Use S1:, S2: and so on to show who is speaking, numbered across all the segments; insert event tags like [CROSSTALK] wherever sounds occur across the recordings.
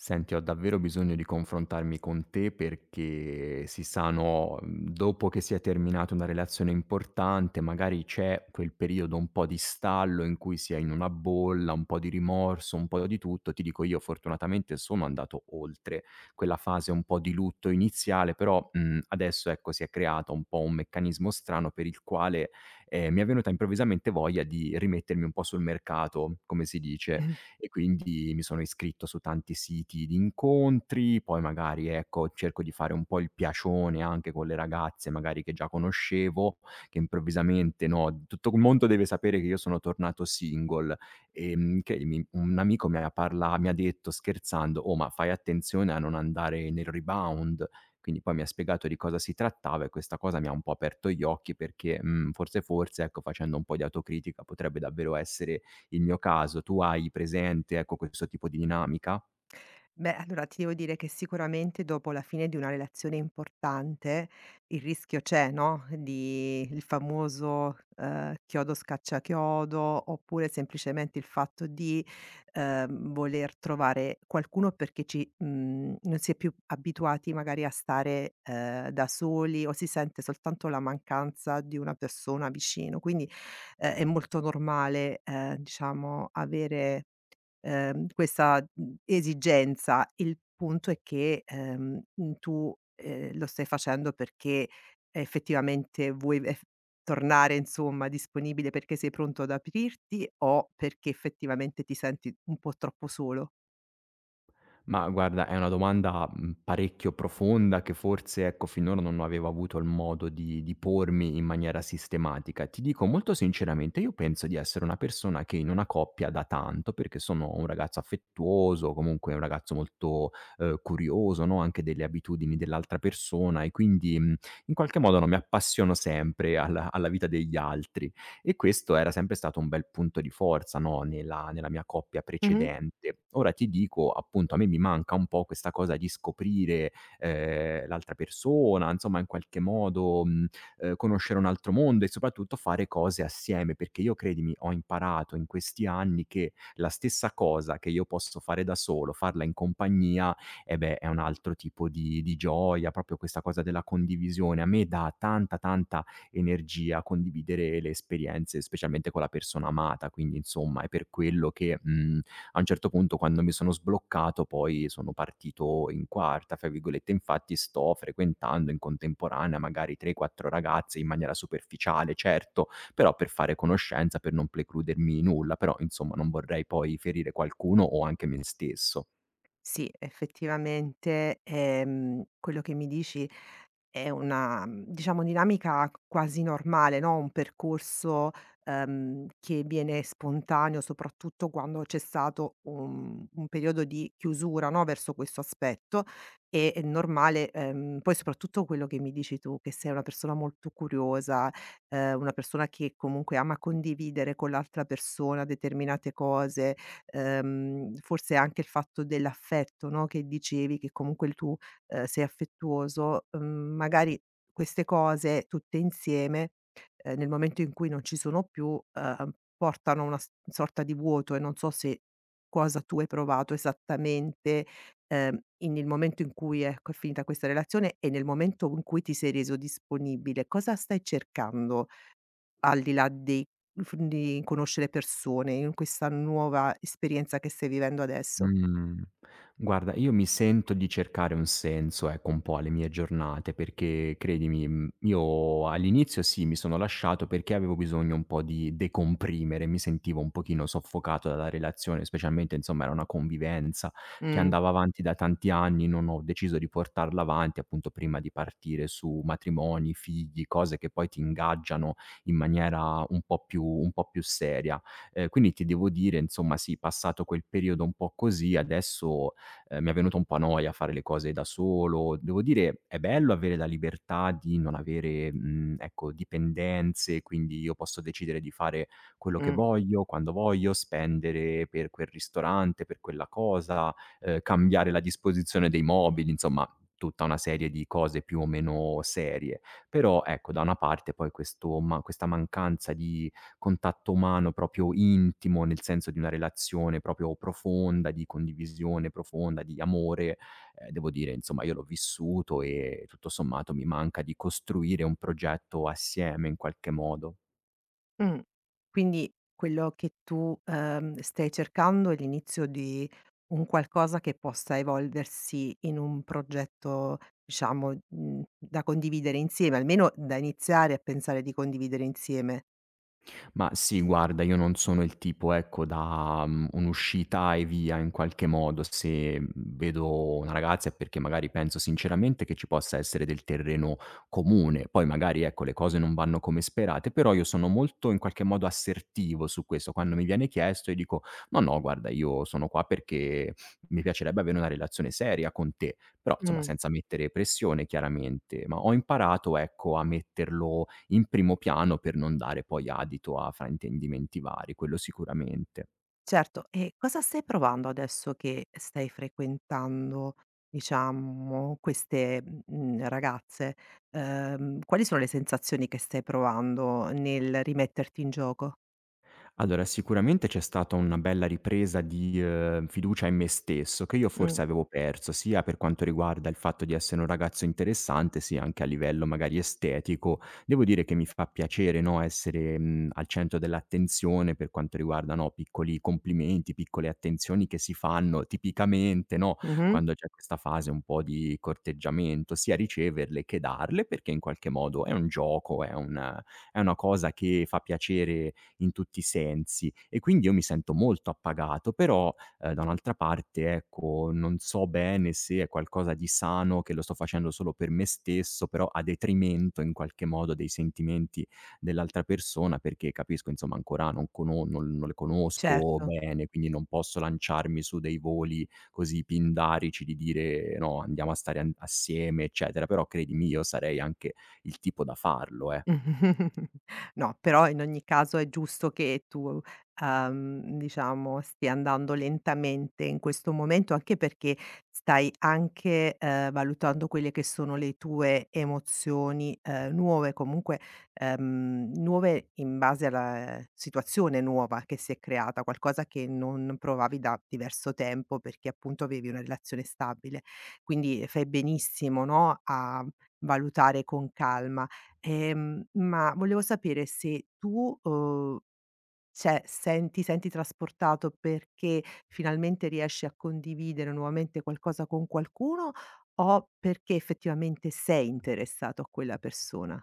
S1: Senti, ho davvero bisogno di confrontarmi con te perché si sa, no, dopo che si è terminata una relazione importante, magari c'è quel periodo un po' di stallo in cui si è in una bolla, un po' di rimorso, un po' di tutto. Ti dico, io fortunatamente sono andato oltre quella fase un po' di lutto iniziale, però, adesso ecco si è creato un po' un meccanismo strano per il quale, mi è venuta improvvisamente voglia di rimettermi un po' sul mercato, come si dice,
S2: Mh.
S1: e quindi mi sono iscritto su tanti siti di incontri, poi magari, ecco, cerco di fare un po' il piacione anche con le ragazze magari che già conoscevo, che improvvisamente, no, tutto il mondo deve sapere che io sono tornato single, che mi un amico mi ha detto scherzando: "Oh, ma fai attenzione a non andare nel rebound." Quindi poi mi ha spiegato di cosa si trattava e questa cosa mi ha un po' aperto gli occhi perché, forse, forse, ecco, facendo un po' di autocritica potrebbe davvero essere il mio caso. Tu hai presente, ecco, questo tipo di dinamica?
S2: Beh, allora ti devo dire che sicuramente dopo la fine di una relazione importante, il rischio c'è, no, di il famoso, chiodo scacciachiodo, oppure semplicemente il fatto di, voler trovare qualcuno perché ci non si è più abituati magari a stare, da soli o si sente soltanto la mancanza di una persona vicino. Quindi, è molto normale, diciamo avere questa, esigenza. Il punto è che, tu, lo stai facendo perché effettivamente vuoi ef tornare insomma disponibile perché sei pronto ad aprirti o perché effettivamente ti senti un po' troppo solo.
S1: Ma guarda, è una domanda, parecchio profonda che forse, ecco, finora non avevo avuto il modo di pormi in maniera sistematica. Ti dico molto sinceramente, io penso di essere una persona che in una coppia dà tanto, perché sono un ragazzo affettuoso, comunque un ragazzo molto, curioso, no, anche delle abitudini dell'altra persona e quindi, in qualche modo, no, mi appassiono sempre alla vita degli altri. E questo era sempre stato un bel punto di forza, no, nella mia coppia
S2: Mh-mh.
S1: precedente. Ora ti dico, appunto, a me mi manca un po' questa cosa di scoprire, l'altra persona, insomma in qualche modo, conoscere un altro mondo e soprattutto fare cose assieme, perché io, credimi, ho imparato in questi anni che la stessa cosa che io posso fare da solo, farla in compagnia, eh beh, è un altro tipo di gioia, proprio questa cosa della condivisione. A me dà tanta, tanta energia condividere le esperienze, specialmente con la persona amata. Quindi insomma è per quello che, a un certo punto, quando mi sono sbloccato poi sono partito in quarta, fra virgolette. Infatti sto frequentando in contemporanea magari 3, 4 ragazze in maniera superficiale, certo, però per fare conoscenza, per non precludermi nulla, però insomma non vorrei poi ferire qualcuno o anche me stesso.
S2: Sì, effettivamente, quello che mi dici è una, diciamo dinamica quasi normale, no, un percorso, che viene spontaneo soprattutto quando c'è stato un periodo di chiusura, no, verso questo aspetto, e è normale, poi soprattutto quello che mi dici tu, che sei una persona molto curiosa, una persona che comunque ama condividere con l'altra persona determinate cose, forse anche il fatto dell'affetto, no, che dicevi, che comunque il tu sei affettuoso, magari queste cose tutte insieme, nel momento in cui non ci sono più, portano a una s sorta di vuoto e non so se cosa tu hai provato esattamente, in il momento in cui, ecco, è finita questa relazione e nel momento in cui ti sei reso disponibile. Cosa stai cercando al di là dei f di conoscere persone in questa nuova esperienza che stai vivendo adesso?
S1: Mhmm, guarda, io mi sento di cercare un senso, ecco, un po' alle mie giornate, perché credimi, io all'inizio sì, mi sono lasciato perché avevo bisogno un po' di decomprimere, mi sentivo un pochino soffocato dalla relazione, specialmente insomma era una convivenza che
S2: Mh,
S1: andava avanti da tanti anni. Non ho deciso di portarla avanti appunto prima di partire su matrimoni, figli, cose che poi ti ingaggiano in maniera un po' più seria. Quindi ti devo dire, insomma, sì, passato quel periodo un po' così, adesso, mi è venuta un po' noia fare le cose da solo. Devo dire, è bello avere la libertà di non avere, ecco, dipendenze, quindi io posso decidere di fare quello che
S2: mh.
S1: voglio, quando voglio, spendere per quel ristorante, per quella cosa, cambiare la disposizione dei mobili, insomma, tutta una serie di cose più o meno serie. Però, ecco, da una parte poi questo, ma questa mancanza di contatto umano proprio intimo, nel senso di una relazione proprio profonda, di condivisione profonda, di amore, devo dire insomma io l'ho vissuto, e tutto sommato mi manca di costruire un progetto assieme in qualche modo.
S2: Mh. Quindi quello che tu, stai cercando è l'inizio di un qualcosa che possa evolversi in un progetto, diciamo, da condividere insieme, almeno da iniziare a pensare di condividere insieme.
S1: Ma sì, guarda, io non sono il tipo, ecco, da, un'uscita e via in qualche modo. Se, vedo una ragazza è perché magari penso sinceramente che ci possa essere del terreno comune. Poi magari, ecco, le cose non vanno come sperate, però io sono molto in qualche modo assertivo su questo. Quando mi viene chiesto io dico: "No, no, guarda, io sono qua perché mi piacerebbe avere una relazione seria con te", però insomma
S2: Mh.
S1: senza mettere pressione chiaramente. Ma ho imparato, ecco, a metterlo in primo piano per non dare poi adito a fraintendimenti vari, quello sicuramente.
S2: Certo, e cosa stai provando adesso che stai frequentando, diciamo, queste, ragazze? Quali sono le sensazioni che stai provando nel rimetterti in gioco?
S1: Allora, sicuramente c'è stata una bella ripresa di, fiducia in me stesso, che io
S2: Mh.
S1: forse avevo perso, sia per quanto riguarda il fatto di essere un ragazzo interessante, sia anche a livello magari estetico. Devo dire che mi fa piacere, no, essere, al centro dell'attenzione per quanto riguarda, no, piccoli complimenti, piccole attenzioni che si fanno tipicamente, no,
S2: Mh-mh.
S1: quando c'è questa fase un po' di corteggiamento, sia riceverle che darle, perché in qualche modo è un gioco, è una cosa che fa piacere in tutti i sensi. E quindi io mi sento molto appagato, però, da un'altra parte, ecco, non so bene se è qualcosa di sano, che lo sto facendo solo per me stesso, però a detrimento in qualche modo dei sentimenti dell'altra persona, perché capisco insomma ancora non le conosco
S2: Certo.
S1: bene, quindi non posso lanciarmi su dei voli così pindarici di dire: "No, andiamo a stare an assieme", eccetera. Però credimi, io sarei anche il tipo da farlo, eh.
S2: [LAUGHS] No, però in ogni caso è giusto che tu, diciamo stia andando lentamente in questo momento, anche perché stai anche, valutando quelle che sono le tue emozioni, nuove, comunque, nuove in base alla situazione nuova che si è creata, qualcosa che non provavi da diverso tempo perché appunto avevi una relazione stabile. Quindi fai benissimo, no, a valutare con calma. Ma volevo sapere se tu, cioè senti trasportato perché finalmente riesci a condividere nuovamente qualcosa con qualcuno o perché effettivamente sei interessato a quella persona?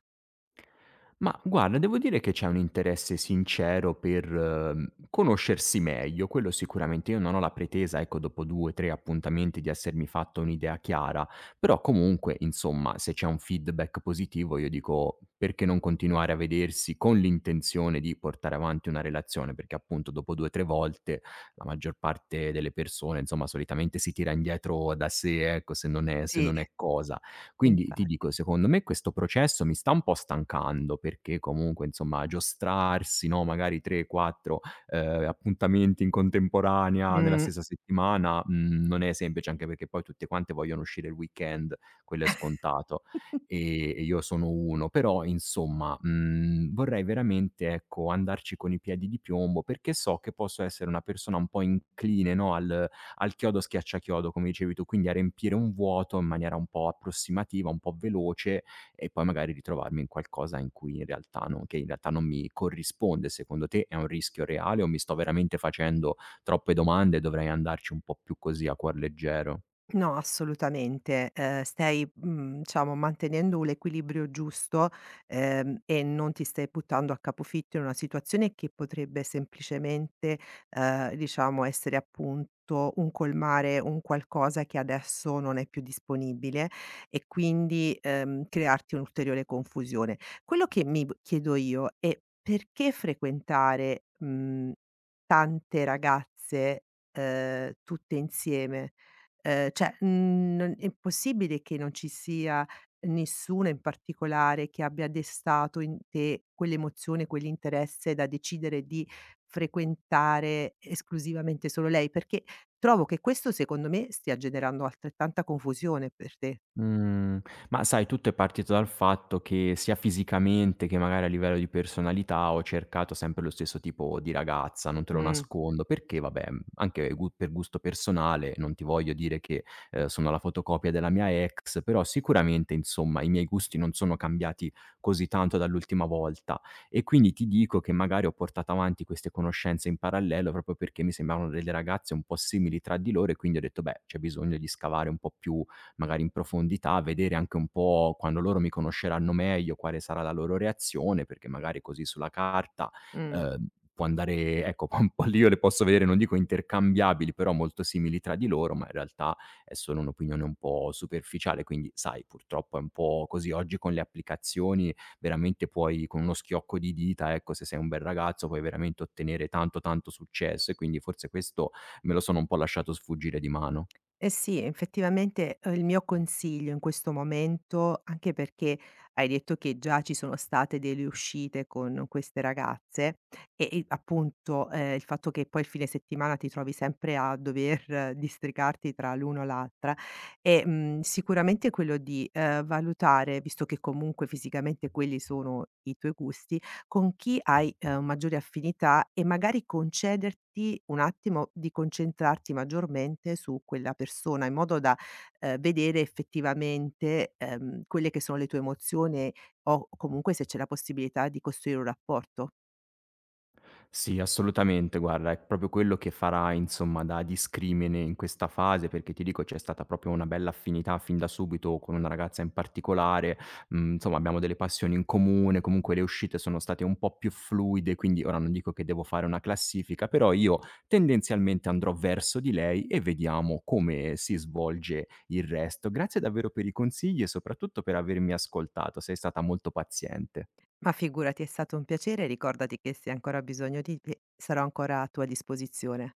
S1: Ma guarda, devo dire che c'è un interesse sincero per, conoscersi meglio, quello sicuramente. Io non ho la pretesa, ecco, dopo 2, 3 appuntamenti di essermi fatto un'idea chiara, però comunque, insomma, se c'è un feedback positivo io dico: perché non continuare a vedersi con l'intenzione di portare avanti una relazione? Perché appunto dopo 2, 3 volte la maggior parte delle persone, insomma, solitamente si tira indietro da sé, ecco, se non è
S2: Sì.
S1: cosa. Quindi ti
S2: Infatti.
S1: dico, secondo me questo processo mi sta un po' stancando, perché comunque insomma giostrarsi, no, magari 3, 4, appuntamenti in contemporanea nella
S2: Mh.
S1: stessa settimana, non è semplice, anche perché poi tutte quante vogliono uscire il weekend, quello è scontato,
S2: [LAUGHS]
S1: e io sono uno. Però insomma, vorrei veramente, ecco, andarci con i piedi di piombo, perché so che posso essere una persona un po' incline, no, al chiodo schiacciachiodo, come dicevi tu, quindi a riempire un vuoto in maniera un po' approssimativa, un po' veloce, e poi magari ritrovarmi in qualcosa in cui in realtà non mi corrisponde. Secondo te è un rischio reale o mi sto veramente facendo troppe domande e dovrei andarci un po' più così a cuor leggero?
S2: No, assolutamente. Stai, diciamo mantenendo l'equilibrio giusto, e non ti stai buttando a capofitto in una situazione che potrebbe semplicemente, diciamo essere appunto un colmare un qualcosa che adesso non è più disponibile e quindi, crearti un'ulteriore confusione. Quello che mi v chiedo io è: perché frequentare, tante ragazze, tutte insieme? Cioè, non è possibile che non ci sia nessuno in particolare che abbia destato in te quell'emozione, quell'interesse da decidere di frequentare esclusivamente solo lei? Perché trovo che questo, secondo me, stia generando altrettanta confusione per te.
S1: Mhmm, ma sai, tutto è partito dal fatto che sia fisicamente che magari a livello di personalità ho cercato sempre lo stesso tipo di ragazza, non te lo
S2: Mh,
S1: nascondo, perché vabbè, anche gu per gusto personale, non ti voglio dire che, sono la fotocopia della mia ex, però sicuramente insomma i miei gusti non sono cambiati così tanto dall'ultima volta, e quindi ti dico che magari ho portato avanti queste conoscenze in parallelo proprio perché mi sembravano delle ragazze un po' simili tra di loro, e quindi ho detto: "Beh, c'è bisogno di scavare un po' più magari in profondità, vedere anche un po' quando loro mi conosceranno meglio quale sarà la loro reazione, perché magari così sulla carta,
S2: mh.
S1: ehm, può andare, ecco", [LAUGHS] un po' lì io le posso vedere, non dico intercambiabili, però molto simili tra di loro, ma in realtà è solo un'opinione un po' superficiale. Quindi sai, purtroppo è un po' così. Oggi con le applicazioni veramente puoi con uno schiocco di dita, ecco, se sei un bel ragazzo puoi veramente ottenere tanto, tanto successo, e quindi forse questo me lo sono un po' lasciato sfuggire di mano.
S2: Eh sì, effettivamente, il mio consiglio in questo momento, anche perché hai detto che già ci sono state delle uscite con queste ragazze e appunto, il fatto che poi il fine settimana ti trovi sempre a dover districarti tra l'uno e l'altra e, sicuramente quello di, valutare, visto che comunque fisicamente quelli sono i tuoi gusti, con chi hai, maggiori affinità e magari concederti un attimo di concentrarti maggiormente su quella persona, in modo da, vedere effettivamente, quelle che sono le tue emozioni o comunque se c'è la possibilità di costruire un rapporto.
S1: Sì, assolutamente, guarda, è proprio quello che farà, insomma, da discrimine in questa fase, perché ti dico c'è stata proprio una bella affinità fin da subito con una ragazza in particolare, insomma abbiamo delle passioni in comune, comunque le uscite sono state un po' più fluide, quindi ora non dico che devo fare una classifica, però io tendenzialmente andrò verso di lei e vediamo come si svolge il resto. Grazie davvero per i consigli e soprattutto per avermi ascoltato, sei stata molto paziente.
S2: Ma figurati, è stato un piacere e ricordati che se hai ancora ho bisogno di me sarò ancora a tua disposizione.